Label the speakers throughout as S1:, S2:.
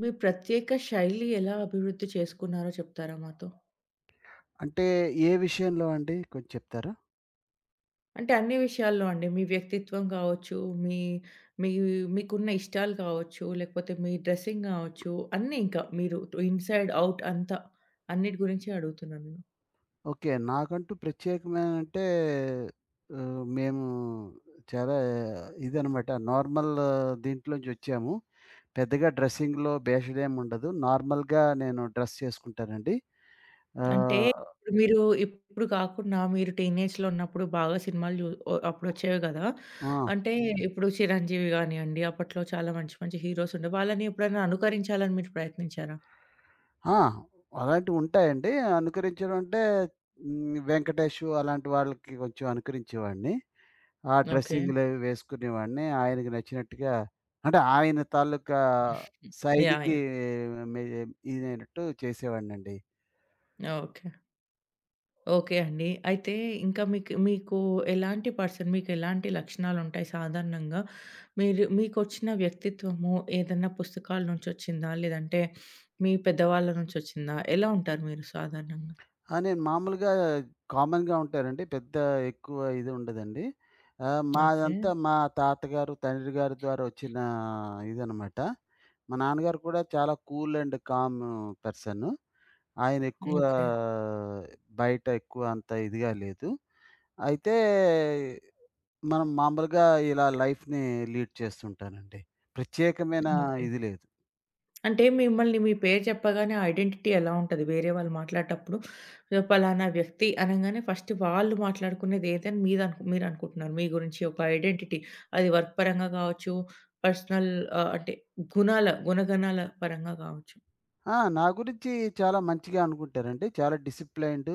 S1: మీ ప్రత్యేక శైలి ఎలా అభివృద్ధి చేసుకున్నారో చెప్తారా మాతో?
S2: అంటే ఏ విషయంలో అండి? కొంచెం చెప్తారా?
S1: అంటే అన్ని విషయాల్లో అండి. మీ వ్యక్తిత్వం కావచ్చు, మీ మీ మీకున్న ఇష్టాలు కావచ్చు, లేకపోతే మీ డ్రెస్సింగ్ కావచ్చు, అన్నీ ఇంకా మీరు ఇన్‌సైడ్, ఔట్ అంతా. అన్నిటి గురించి అడుగుతున్నాను నేను.
S2: ఓకే. నాకంటూ ప్రత్యేకమేంటే మేము చాలా ఇదనమాట నార్మల్ దీంట్లోంచి వచ్చాము. పెద్దగా డ్రెస్సింగ్‌లో భేషుడేముండదు. నార్మల్‌గా నేను డ్రెస్ చేసుకుంటానండి. ఓకే.
S1: అంటే ఇప్పుడు కాకుండా మీరు టీనేజ్‌లో ఉన్నప్పుడు బాగా సినిమాలు జూ ఓ అప్పుడొచ్చేవి కదా!
S2: ఆ!
S1: అంటే ఇప్పుడు 'చిరంజీవి' గానియండి, అప్పట్లో చాలా మంచి మంచి హీరోస్ ఉండే. వాళ్ళని ఎప్పుడైనా అనుకరించాలని మీరు ప్రయత్నించారా?
S2: ఆ! అలాంటివుంటాయండి. అనుకరించడం అంటే వెంకటేషు అలాంటి వాళ్ళకి కొంచెం అనుకరించేవాడిని. ఆ
S1: ఓకే.
S2: డ్రెస్సింగ్‌లవి వేసుకునేవాడిని. ఆయనకి నచ్చినట్టుగా అంటే ఆయన తాలూకా
S1: యాహ్!
S2: శైలికి
S1: యాహ్!
S2: మే ఇదైనట్టు చేసేవాడినండి.
S1: ఓకే. ఓకే అండి. అయితే ఇంకా మీకు మీకు ఎలాంటి పర్సన్ మీకెలాంటి లక్షణాలుంటాయి సాధారణంగా? మీరు మీకొచ్చిన వ్యక్తిత్వము ఏదన్నా పుస్తకాల నుంచొచ్చిందా? లేదంటే మీ పెద్దవాళ్ళ నుంచొచ్చిందా? ఎలా ఉంటారు మీరు సాధారణంగా?
S2: ఆ! నేను మామూలుగా కామన్‌గా ఉంటారండి. పెద్ద ఎక్కువ ఇది ఉండదండి.
S1: ఓకే.
S2: మాదంతా మా తాతగారు, తండ్రి గారి ద్వారా వచ్చిన ఇదనమాట. మా నాన్నగారు కూడా చాలా కూల్ అండ్ కామ్ పర్సను. ఆయన ఎక్కువ
S1: ఓకే.
S2: బయట ఎక్కువ అంత ఇదిగా లేదు. అయితే మనం మామూలుగా ఇలా లైఫ్‌ని లీడ్ చేస్తుంటానండి. ప్రత్యేకమైన
S1: ఓకే.
S2: ఇది లేదు.
S1: అంటే మిమ్మల్ని మీ పేరు చెప్పగానే ఐడెంటిటీ ఎలా ఉంటది? వేరే వాళ్ళు మాట్లాడేటప్పుడు పలానా వ్యక్తి అనంగానే ఫస్ట్ వాళ్ళు మాట్లాడుకునేది ఏదని మీరనుకుంటున్నారు. మీ గురించి ఒక ఐడెంటిటీ. అది వర్క్ పరంగా గావచ్చు, పర్సనల్, అంటే గుణగణాల పరంగా గావచ్చు.
S2: ఆ! నా గురించి చాలా మంచిగా అనుకుంటారండి. చాలా డిసిప్లైన్డ్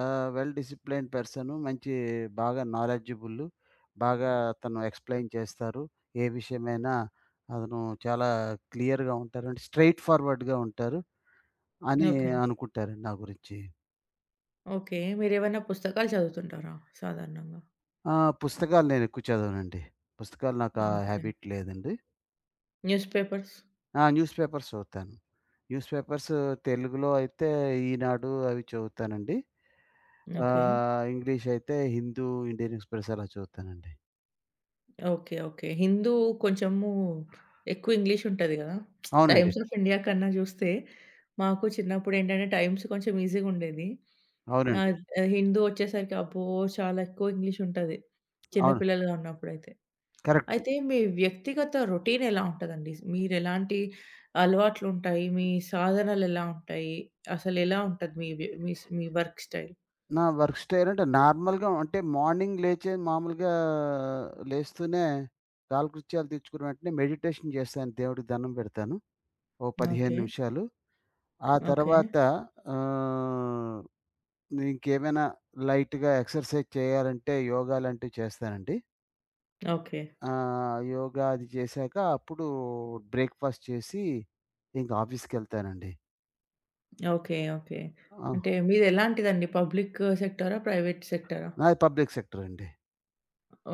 S2: వెల్ డిసిప్లైన్డ్ పర్సను. మంచి బాగా నాలెడ్జబుల్. బాగా తను ఎక్స్‌ప్లెయిన్ చేస్తారు. ఏ విషయమైనా అతను చాలా క్లియర్‌గా ఉంటారు. అంటే స్ట్రెయిట్ ఫార్వర్డ్‌గా ఉంటారు అని
S1: ఓకే.
S2: అనుకుంటారండి నా గురించి.
S1: ఓకే. మీరేవన్నా పుస్తకాలు చదువుతుంటారా సాధారణంగా?
S2: ఆ! పుస్తకాలు నేనెక్కువ చదవనండి. పుస్తకాలు నాకా
S1: ఓకే.
S2: హ్యాబిట్ లేదండి.
S1: Newspapers?
S2: ఆ! న్యూస్ పేపర్స్ చదువుతాను. న్యూస్ పేపర్స్ తెలుగులో అయితే ఈనాడు అవి చదువుతానండి.
S1: ఓకే.
S2: ఇంగ్లీష్ అయితే హిందూ, ఇండియన్ ఎక్స్‌ప్రెస్ అలా చదువుతానండి.
S1: ఓకే. ఓకే. హిందూ కొంచెము ఎక్కువ ఇంగ్లీష్ ఉంటది గదా!
S2: అవునండి.
S1: టైమ్స్ ఆఫ్ ఇండియా కన్నా జూస్తే మాకు చిన్నప్పుడేంటంటే టైమ్స్ కొంచెం ఈజీగుండేది.
S2: అవునండి.
S1: ఆహ్, హిందూ వచ్చేసరికి అబ్బో! చాలా ఎక్కువ ఇంగ్లీష్ ఉంటది. చిన్న
S2: అవును.
S1: పిల్లలుగా ఉన్నప్పుడైతే.
S2: కరెక్ట్.
S1: అయితే మీ వ్యక్తిగత రొటీన్ ఎలా ఉంటదండి? మీరెలాంటి అలవాట్లుంటాయి? మీ సాధనలెలా ఉంటాయి? అసలెలా ఉంటది మీ వ్య మీ స్ మీ వర్క్ స్టైల్?
S2: నా వర్క్ స్టైల్ అంటే నార్మల్‌గా అంటే మార్నింగ్ లేచే మామూలుగా లేస్తూనే కాలకృత్యాలు తీర్చుకున్న వెంటనే మెడిటేషన్ చేస్తాను. దేవుడికి దండం పెడతాను. ఓ 15
S1: ఓకే.
S2: నిమిషాలు. ఆ
S1: ఓకే.
S2: తర్వాత ఆహ్, ఇంకేమైనా లైట్‌గా ఎక్సర్సైజ్ చేయాలంటే యోగా లాంటివి చేస్తానండి.
S1: ఓకే.
S2: యోగా అది చేశాక అప్పుడు బ్రేక్‌ఫాస్ట్ చేసి ఇంక ఆఫీస్‌కెళ్తానండి.
S1: ఓకే. ఓకే.
S2: ఆ!
S1: అంటే మీదెలాంటిదండి? పబ్లిక్ సెక్టారా? ప్రైవేట్ సెక్టారా?
S2: నాది పబ్లిక్ సెక్టర్ అండి.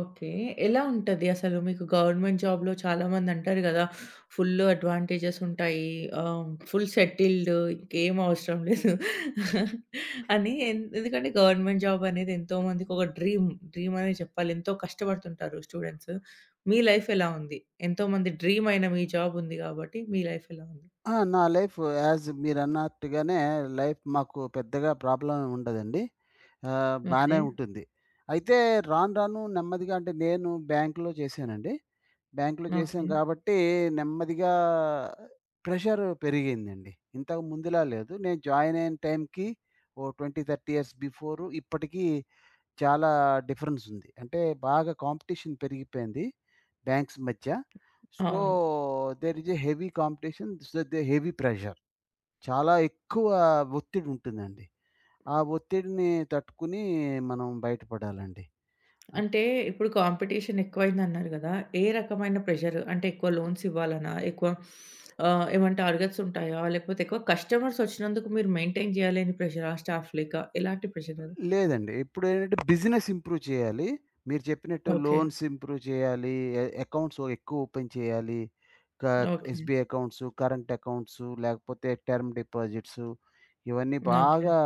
S1: ఓకే. ఎలా ఉంటది అసలు మీకు గవర్నమెంట్ జాబ్‌లో చాలామందంటారు గదా! ఫుల్ అడ్వాంటేజెస్ ఉంటాయి. ఫుల్ సెటిల్డ్ ఇంకేం అవసరం లేదు అని. ఎందుకంటే గవర్నమెంట్ జాబ్ అనేది ఎంతోమందికి ఒక డ్రీమ్. డ్రీమ్ అనే చెప్పాలి. ఎంతో కష్టపడుతుంటారు స్టూడెంట్స్. మీ లైఫ్ ఎలా ఉంది? ఎంతోమంది డ్రీమ్ అయిన మీ జాబ్ ఉంది గాబట్టి మీ లైఫ్ ఎలా ఉంది?
S2: ఆ! నా లైఫ్ యాజ్ మీరన్నట్టుగానే లైఫ్ మాకు పెద్దగా ప్రాబ్లమ్ ఏమి ఉండదండి.
S1: ఓకే.
S2: బానే ఉంటుంది. అయితే రాను రాను నెమ్మదిగా అంటే నేను బ్యాంక్‌లో చేశానండి. బ్యాంక్‌లో చేశాం
S1: ఓకే.
S2: కాబట్టి నెమ్మదిగా ప్రెషర్ పెరిగిందండి. ఇంతకు ముందులా లేదు. నేను జాయిన్ అయిన టైంకి ఓ 20, 30 ఇయర్స్ బిఫోర్ ఇప్పటికి చాలా డిఫరెన్స్ ఉంది. అంటే బాగా కాంపిటీషన్ పెరిగిపోయింది బ్యాంక్స్ మధ్య. సో,
S1: అవును.
S2: There is a heavy competition. So, they heavy pressure. చాలా ఎక్కువ ఒత్తిడి ఉంటుందండి. ఆ ఒత్తిడిని తట్టుకుని మనం బయటపడాలండి.
S1: అంటే ఇప్పుడు కాంపిటీషన్ ఎక్కువైందన్నారు గదా! ఏ రకమైన ప్రెషర్? అంటే ఎక్కువ లోన్స్ ఇవ్వాలనా? ఎక్కువ ఏమంటే అర్గట్స్ ఉంటాయా? లేకపోతే ఎక్కువ కస్టమర్స్ ఒచ్చినందుకు మీరు మెయింటైన్ జేయలేని ప్రెషరా? స్టాఫ్ లేక ఎలాంటి ప్రెషర్ అది?
S2: లేదండి. ఇప్పుడేంటంటే బిజినెస్ ఇంప్రూవ్ చేయాలి. మీరు చెప్పినట్టు
S1: ఓకే.
S2: లోన్స్ ఇంప్రూవ్ చేయాలి. ఎ అకౌంట్స్ ఎక్కువ ఓపెన్ చేయాలి. క
S1: okay.
S2: SBI accounts, current accounts లేకపోతే టర్మ్ డిపాజిట్స్ ఇవన్నీ
S1: ఓకే.
S2: బాగా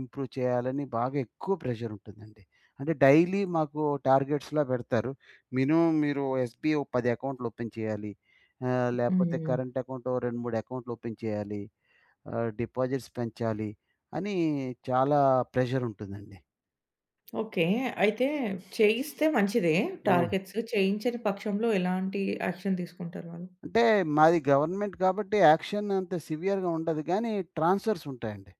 S2: ఇంప్రూవ్ చేయాలని బాగా ఎక్కువ ప్రెషర్ ఉంటుందండి. అంటే డైలీ మాకు టార్గెట్స్‌లా పెడతారు. మినిమమ్ మీరు ఎస్‌బీఐ ఓ 10 అకౌంట్లు ఓపెన్ చేయాలి. లేకపోతే
S1: హ్మ్.
S2: కరెంట్ అకౌంట్ ఓ 2, 3 అకౌంట్లు ఓపెన్ చేయాలి. డిపాజిట్స్ పెంచాలి అని చాలా ప్రెషర్ ఉంటుందండి.
S1: ఓకే. అయితే చేయిస్తే మంచిదే
S2: అవును.
S1: టార్గెట్స్. చేయించని పక్షంలో ఎలాంటి యాక్షన్ తీసుకుంటారు వాళ్ళు?
S2: అంటే మాది గవర్నమెంట్ కాబట్టి యాక్షన్ అంత సివియర్‌గా ఉండదు గానీ, ట్రాన్స్‌ఫర్స్ ఉంటాయండి.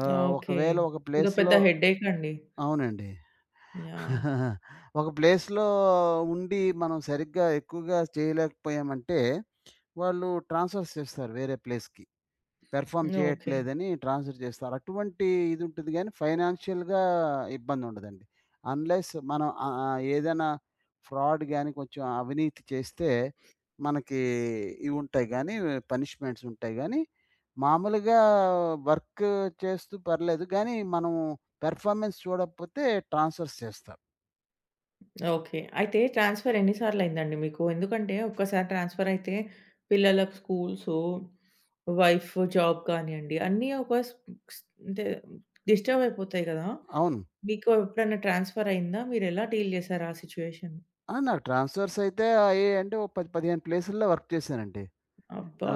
S1: ఓకే.
S2: ఒకవేళ ఒక
S1: ఇదో పెద్ద
S2: ప్లేస్‌లో
S1: హెడ్డేక్ అండి.
S2: అవునండి.
S1: యాహ్!
S2: ఒక ప్లేస్‌లో ఉండి మనం సరిగ్గా ఎక్కువగా చేయలేకపోయామంటే, వాళ్ళు ట్రాన్స్‌ఫర్స్ చేస్తారు వేరే ప్లేస్‌కి. Perform
S1: okay.
S2: చేయట్లేదని ట్రాన్స్‌ఫర్ చేస్తారు. అటువంటి ఇది ఉంటుంది గానీ, ఫైనాన్షియల్‌గా ఇబ్బందుండదండి. అన్‌లెస్ మనం ఆహ్, ఆహ్, ఏదైనా ఫ్రాడ్ గాని, కొంచెం అవినీతి చేస్తే మనకి ఇవుంటాయి గానీ, పనిష్మెంట్స్ ఉంటాయి గానీ, మామూలుగా వర్క్ చేస్తూ పర్లేదు గానీ, మనం పెర్ఫార్మెన్స్ చూడకపోతే ట్రాన్స్‌ఫర్స్ చేస్తారు.
S1: ఓకే. అయితే ట్రాన్స్‌ఫర్ ఎన్ని సార్లయిందండి మీకు? ఎందుకంటే ఒక్కసారి ట్రాన్స్‌ఫరయితే పిల్లలకు స్కూల్సు, వైఫ్ జాబ్ కానియండి, అన్నీ ఒక స్ స్ అంటే డిస్టర్బ్ అయిపోతాయి గదా!
S2: అవును.
S1: మీకు ఎప్పుడైనా ట్రాన్స్‌ఫరయిందా? మీరెలా డీల్ జేసారు ఆ సిట్యుయేషన్?
S2: ఆ! నాకు ట్రాన్స్‌ఫర్స్ అయితే అయ్యాయంటే ఓ 10, 15 ప్లేసుల్లో వర్క్ చేశానండి.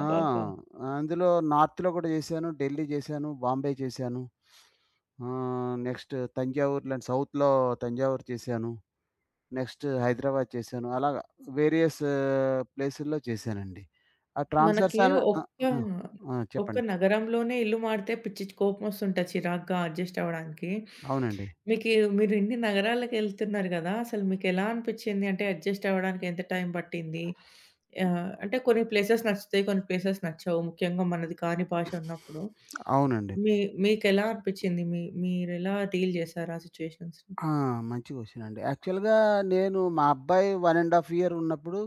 S2: ఆ! అందులో నార్త్‌లో కూడా చేశాను. ఢిల్లీ చేశాను. బాంబే చేశాను. నెక్స్ట్ తంజావూరు లాంటి సౌత్‌లో తంజావూరు చేశాను. నెక్స్ట్ హైదరాబాద్ చేశాను. అలాగా వేరియస్ ప్లేసుల్లో చేశానండి. ఆ ట్రాన్స్ఫర్స్
S1: మనకి
S2: అనే ఆ!
S1: ఒక్క
S2: ఆ! ఆ!
S1: ఒక్క
S2: చెప్పండి.
S1: నగరంలోనే ఇల్లు మారితే పిచ్చి కోపమొస్తుంటది చిరాకుగా అడ్జస్ట్ అవ్వడానికి.
S2: అవునండి.
S1: మీకి మీరు ఇన్ని నగరాలకెళ్తున్నారు గదా! అసలు మీకెలా అనిపిచ్చింది? అంటే అడ్జస్ట్ అవ్వడానికి ఎంత టైం పట్టింది? అంటే కొన్ని ప్లేసెస్ నచ్చుతాయి, కొన్ని ప్లేసెస్ నచ్చవు. ముఖ్యంగా మనది కాని భాష ఉన్నప్పుడు.
S2: అవునండి.
S1: మీ మీకెలా అనిపిచ్చింది? మీరెలా డీల్ జేశారు ఆ సిట్యుయేషన్స్‌ని?
S2: ఆ! మంచి క్వెషనండి. యాక్చువల్‌గా నేను మా అబ్బాయి 1 ½ ఇయర్ ఉన్నప్పుడు,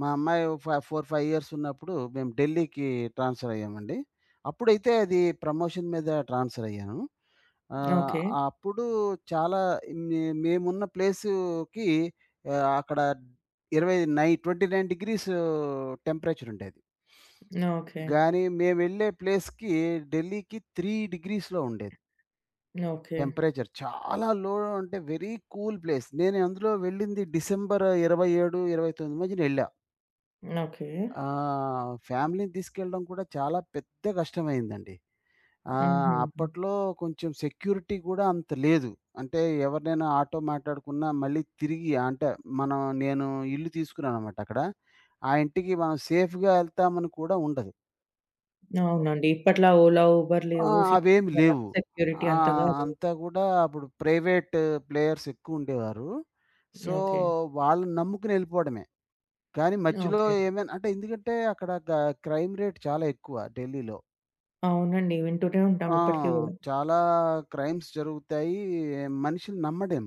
S2: మా అమ్మాయి 4, 5 ఇయర్స్ ఉన్నప్పుడు మేము ఢిల్లీకి ట్రాన్స్‌ఫర్ అయ్యామండి. అప్పుడైతే అది ప్రమోషన్ మీద ట్రాన్స్‌ఫర్ అయ్యాను. ఓకే. ఆహ్,
S1: ఓకే.
S2: అప్పుడు చాలా మేమున్న ప్లేస్‌కి అక్కడ 29, 29 డిగ్రీస్ టెంపరేచర్ ఉండేది.
S1: ఓకే.
S2: గానీ మేమెళ్ళే ప్లేస్‌కి ఢిల్లీకి 3 డిగ్రీస్‌లో ఉండేది.
S1: ఓకే.
S2: టెంపరేచర్ చాలా లో అంటే వెరీ కూల్ ప్లేస్. నేను అందులో వెళ్ళింది డిసెంబర్ 27, 29 మధ్యన ఎళ్ళా.
S1: ఓకే.
S2: ఫ్యామిలీని తీసుకెళ్ళడం కూడా చాలా పెద్ద కష్టమయిందండి.
S1: హుహుహు.
S2: అప్పట్లో కొంచెం సెక్యూరిటీ కూడా అంత లేదు. అంటే ఎవరినైనా ఆటో మాట్లాడుకున్నా మళ్ళీ తిరిగి అంటే మనం నేను ఇల్లు తీసుకున్నాననమాట అక్కడ. ఆ ఇంటికి మనం సేఫ్‌గా ఎళ్తామని కూడా ఉండదు.
S1: అవునండి. ఇప్పట్లా ఓలా, ఉబర్
S2: ఆ!
S1: లేవు.
S2: అవేమి లేవు.
S1: సెక్యూరిటీ అంతగా లేదు.
S2: అంతా గూడా అప్పుడు ప్రైవేట్ ప్లేయర్స్ ఎక్కువుండేవారు. So,
S1: okay.
S2: వాళ్ళని నమ్ముకుని ఎళ్ళిపోవడమే. కానీ మధ్యలో
S1: ఓకే.
S2: ఏమైనా అంటే ఎందుకంటే అక్కడ క్రైమ్ రేట్ చాలా ఎక్కువ ఢిల్లీలో.
S1: అవునండి. వింటూనే ఉంటాం
S2: ఆ!
S1: ఇప్పటికి గూడా.
S2: చాలా క్రైమ్స్ జరుగుతాయి. మనుషులు నమ్మలేం.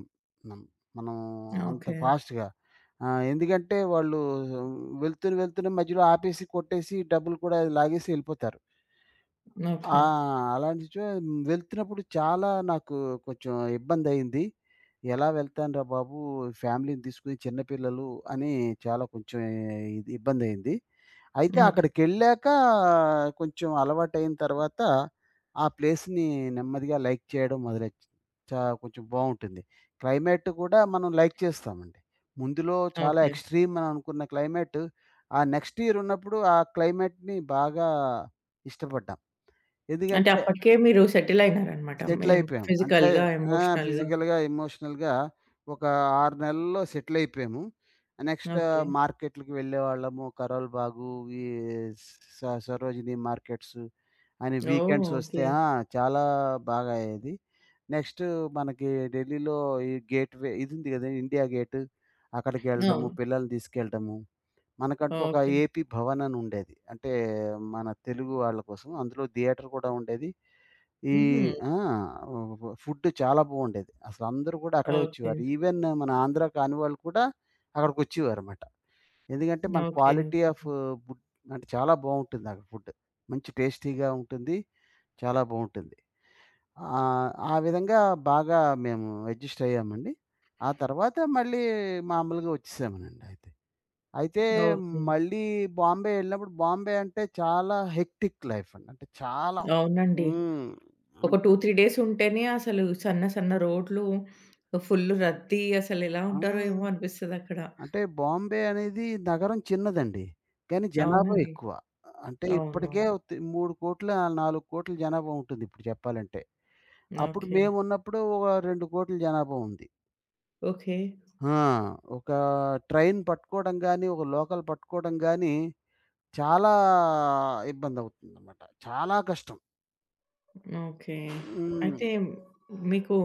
S2: నమ్ మనం అంత
S1: ఓకే.
S2: ఫాస్ట్‌గా. ఆ! ఎందుకంటే వాళ్ళు వెళ్తూనే, వెళ్తూనే మధ్యలో ఆపేసి, కొట్టేసి డబ్బులు కూడా లాగేసి ఎళ్ళిపోతారు. ఆ!
S1: ఓకే.
S2: అలాంటి వెళ్తున్నప్పుడు చాలా నాకు కొంచెం ఇబ్బందయింది. ఎలా వెళ్తానురా బాబు! ఫ్యామిలీని తీసుకొని చిన్న పిల్లలు అని చాలా కొంచెం ఇది ఇబ్బందయింది. అయితే
S1: ఓకే.
S2: అక్కడికెళ్ళాక కొంచెం అలవాటయిన తర్వాత ఆ ప్లేస్‌ని నెమ్మదిగా లైక్ చేయడం కొంచెం బావుంటుంది. క్లైమేట్ కూడా మనం లైక్ చేస్తామండి. ముందులో చాలా
S1: ఓకే.
S2: ఎక్స్‌ట్రీమ్ అని అనుకున్న క్లైమేట్ ఆ నెక్స్ట్ ఇయర్ ఉన్నప్పుడు ఆ క్లైమేట్‌ని బాగా ఇష్టపడ్డాం.
S1: అంటే
S2: ఎందుకంటే
S1: అప్పటికే మీరు సెటిల్ అయినారనమాట.
S2: సెటిల్
S1: మేం
S2: అయిపోయాం. అంటే
S1: ఫిజికల్‌గా,
S2: ఆ!
S1: ఎమోషనల్‌గా.
S2: ఫిజికల్‌గా, ఎమోషనల్‌గా ఒక 6 నెలల్లో సెటిల్ అయిపోయాము. Next
S1: okay.
S2: మార్కెట్‌లకి వెళ్ళేవాళ్ళము. కరోల్ బాగు, ఈ సరోజినీ మార్కెట్స్ అని
S1: ఓహ్!
S2: వీకెండ్స్ వస్తే
S1: ఓకే.
S2: ఆ! చాలా బాగా అయ్యేది. నెక్స్ట్ మనకి ఢిల్లీలో ఈ గేట్‌వే ఇది ఉంది కదా! ఇండియా గేట్ అక్కడికి వెళ్ళడము,
S1: అవును.
S2: పిల్లల్ని తీసుకెళ్ళడము. మనకంటూ ఒక
S1: ఓకే.
S2: ఏపీ భవన్ అని ఉండేది. అంటే మన తెలుగు వాళ్ళ కోసం. అందులో థియేటర్ కూడా ఉండేది. ఈ
S1: హుహు.
S2: ఆ! ఫుడ్ చాలా బాగుండేది. అసలందరూ కూడా అక్కడే
S1: ఓకే.
S2: వచ్చేవారు. ఈవెన్ మన ఆంధ్ర కాని వాళ్ళు కూడా అక్కడికొచ్చేవారమాట. ఎందుకంటే మన
S1: ఓకే.
S2: క్వాలిటీ ఆఫ్ ఫుడ్ అంటే చాలా బావుంటుంది అక్కడ ఫుడ్. మంచి టేస్టీగా ఉంటుంది. చాలా బావుంటుంది. ఆ విధంగా బాగా మేము అడ్జస్ట్ అయ్యామండి. ఆ తర్వాత మళ్ళీ మామూలుగా వచ్చేసామనండి అయితే. అయితే
S1: ఓకే.
S2: మళ్ళీ బాంబే ఎళ్ళినప్పుడు బాంబే అంటే చాలా హెక్టిక్ లైఫ్ అండి. అంటే చాలా
S1: అవునండి.
S2: హ్మ్.
S1: ఒక
S2: అన్
S1: 2, 3 డేస్ ఉంటేనే అసలు సన్న సన్న రోడ్లు, ఫుల్ రద్దీ అసలెలా
S2: ఆ!
S1: ఉంటారో ఏమో అనిపిస్తదక్కడ.
S2: అంటే బాంబే అనేది నగరం చిన్నదండి. కానీ జనాభా
S1: అవునండి.
S2: ఎక్కువ. అంటే ఇప్పటికే
S1: అవునవును.
S2: 3,00,00,000 4,00,00,000 జనాభా ఉంటుంది ఇప్పుడు చెప్పాలంటే. అప్పుడు
S1: ఓకే.
S2: మేమున్నప్పుడు ఒక 2,00,00,000 జనాభా ఉంది.
S1: ఓకే.
S2: ఆ! ఒక ట్రైన్ పట్టుకోవడం గాని, ఒక లోకల్ పట్టుకోవడం గాని చాలా ఇబ్బందవుతుందన్నమాట. చాలా కష్టం.
S1: ఓకే.
S2: హ్మ్.
S1: అయితే మీకు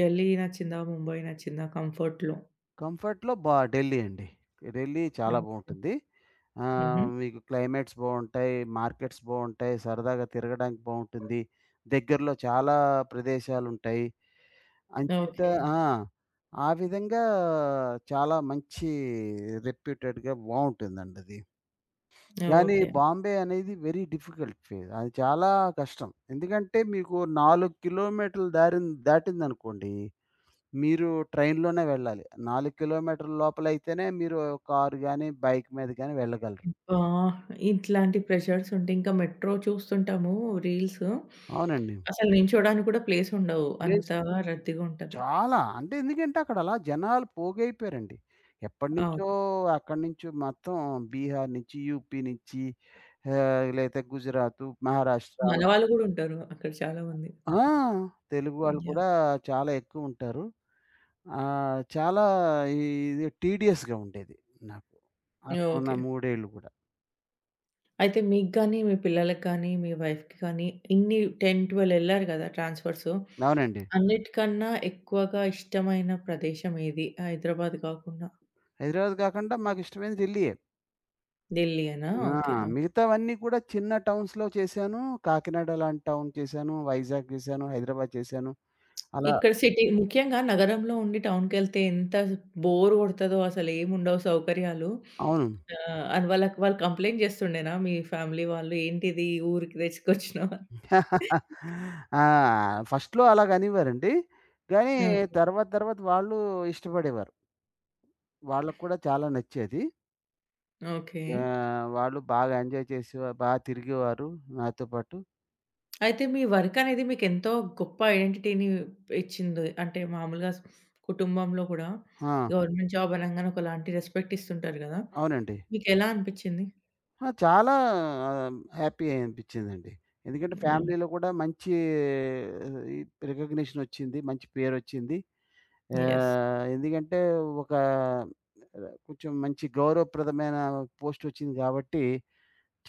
S1: ఢిల్లీ నచ్చిందా? ముంబై నచ్చిందా కంఫర్ట్‌లో?
S2: కంఫర్ట్‌లో ఢిల్లీ అండి. ఢిల్లీ చాలా
S1: ఓకే.
S2: బావుంటుంది.
S1: హుహు.
S2: మీకు క్లైమేట్స్ బావుంటాయి, మార్కెట్స్ బావుంటాయి, సరదాగా తిరగడానికి బావుంటుంది. దగ్గరలో చాలా ప్రదేశాలుంటాయి. అంచేత
S1: ఓకే.
S2: ఆ! ఆ విధంగా చాలా మంచి రెప్యూటెడ్‌గా బావుంటుందండది. కానీ
S1: ఓకే.
S2: బాంబే అనేది వెరీ డిఫికల్ట్ ఫేజ్. అది చాలా కష్టం. ఎందుకంటే మీకు 4 కిలోమీటర్లు దారిన్ దాటిందనుకోండి మీరు ట్రైన్‌లోనే వెళ్ళాలి. 4 కిలోమీటర్ల లోపలైతేనే మీరు కారు గాని, బైక్ మీద గాని వెళ్ళగలరు.
S1: అబ్బా! ఇట్లాంటి ప్రెషర్స్ ఉంటే ఇంకా మెట్రో చూస్తుంటాము రీల్స్.
S2: అవునండి.
S1: అసలు నిల్చోడానికి కూడా ప్లేస్ ఉండవు.
S2: ప్లేస్
S1: అంత రద్దీగా ఉంటది.
S2: చాలా. అంటే ఎందుకంటే అక్కడ అలా జనాలు పోగైపోయారండి.
S1: అవును.
S2: ఎప్పటినుంచో అక్కడి నుంచి మొత్తం బీహార్ నుంచి, యూపీ నుంచి లేతే గుజరాతు, మహారాష్ట్ర
S1: మన
S2: అలా
S1: వాళ్ళు గూడా ఉంటారు అక్కడ చాలా మంది.
S2: ఆ! తెలుగు వాళ్ళు
S1: యాహ్!
S2: కూడా చాలా ఎక్కువుంటారు. చాలా ఇది టీడీయస్‌గా ఉండేది నాకు. అక్కడున్న
S1: ఓకే.
S2: 3 ఏళ్ళు కూడా.
S1: అయితే మీకు గానీ, మీ పిల్లలకి కానీ, మీ వైఫ్‌కి కానీ ఇన్ని 10, 12 ఎళ్లారు గదా! ట్రాన్స్‌ఫర్సు.
S2: అవునండి.
S1: అన్నిటికన్నా ఎక్కువగా ఇష్టమైన ప్రదేశం ఏది? హైదరాబాద్ గాకుండా
S2: హైదరాబాద్ కాకుండా మాకిష్టమైనది ఢిల్లీయే.
S1: ఢిల్లీ అనా?
S2: ఆ!
S1: ఓకే. ఆ!
S2: మిగతావన్నీ కూడా చిన్న టౌన్స్‌లో చేశాను. కాకినాడ లాంటి టౌన్ చేశాను. వైజాగ్ చేశాను. హైదరాబాద్ చేశాను. అలా
S1: ఇక్కడ సిటీ ముఖ్యంగా నగరంలో ఉండి టౌన్‌కెళ్తే ఎంత బోర్ గొడతదో అసలేముండవు సౌకర్యాలు.
S2: అవును.
S1: అని వాళ్ళకి వాళ్ళు కంప్లెయింట్ జేస్తుండేనా మీ ఫ్యామిలీ వాళ్ళు? ఏంటిది ఊరికి తెచ్చుకొచ్చినావు అని?
S2: ఆ! ఫస్ట్‌లో అలాగనేవారండి. కానీ
S1: ఓకే.
S2: తర్వాత తర్వాత వాళ్ళు ఇష్టపడేవారు. వాళ్ళకి కూడా చాలా నచ్చేది.
S1: ఓకే.
S2: వాళ్ళు బాగా ఎంజాయ్ చేసేవారు. తిరిగేవారు నాతో పాటు.
S1: అయితే మీ వర్క్ అనేది మీకెంతో గొప్ప ఐడెంటిటీని ఇచ్చింది. అంటే మామూలుగా కుటుంబంలో కూడా
S2: ఆ!
S1: గవర్నమెంట్ జాబ్ అనంగానే ఒకలాంటి రెస్పెక్ట్ ఇస్తుంటారు గదా!
S2: అవునండి.
S1: మీకెలా అనిపిచ్చింది?
S2: ఆ! చాలా హ్యాపీ అనిపించిందండి. ఎందుకంటే
S1: యాహ్!
S2: ఫ్యామిలీలో కూడా మంచి రికగ్నిషన్ వచ్చింది. మంచి పేరొచ్చింది.
S1: యెస్.
S2: ఎందుకంటే ఒక కొంచెం మంచి గౌరవప్రదమైన పోస్టొచ్చింది గాబట్టి,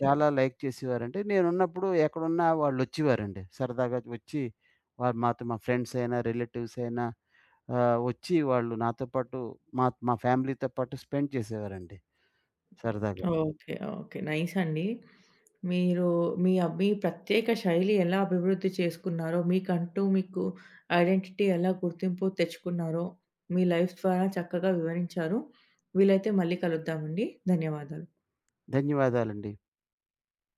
S2: చాలా లైక్ చేసేవారండి. నేనున్నప్పుడు ఎక్కడున్నా వాళ్ళొచ్చేవారండి. సరదాగా వచ్చి వాళ్ళు మాతో మా ఫ్రెండ్స్ అయినా, రిలేటివ్స్ అయినా వచ్చి వాళ్ళు నాతో పాటు మా మా ఫ్యామిలీతో పాటు స్పెండ్ చేసేవారండి సరదాగా.
S1: ఓకే. ఓకే. నైస్ అండి. మీరు మీ ప్రత్యేక శైలి ఎలా అభివృద్ధి చేసుకున్నారో, మీకంటూ మీకు ఐడెంటిటీ ఎలా గుర్తింపు తెచ్చుకున్నారో, మీ లైఫ్ ద్వారా చక్కగా వివరించారు. వీలైతే మళ్ళీ కలుద్దామండి. ధన్యవాదాలు.
S2: ధన్యవాదాలండి.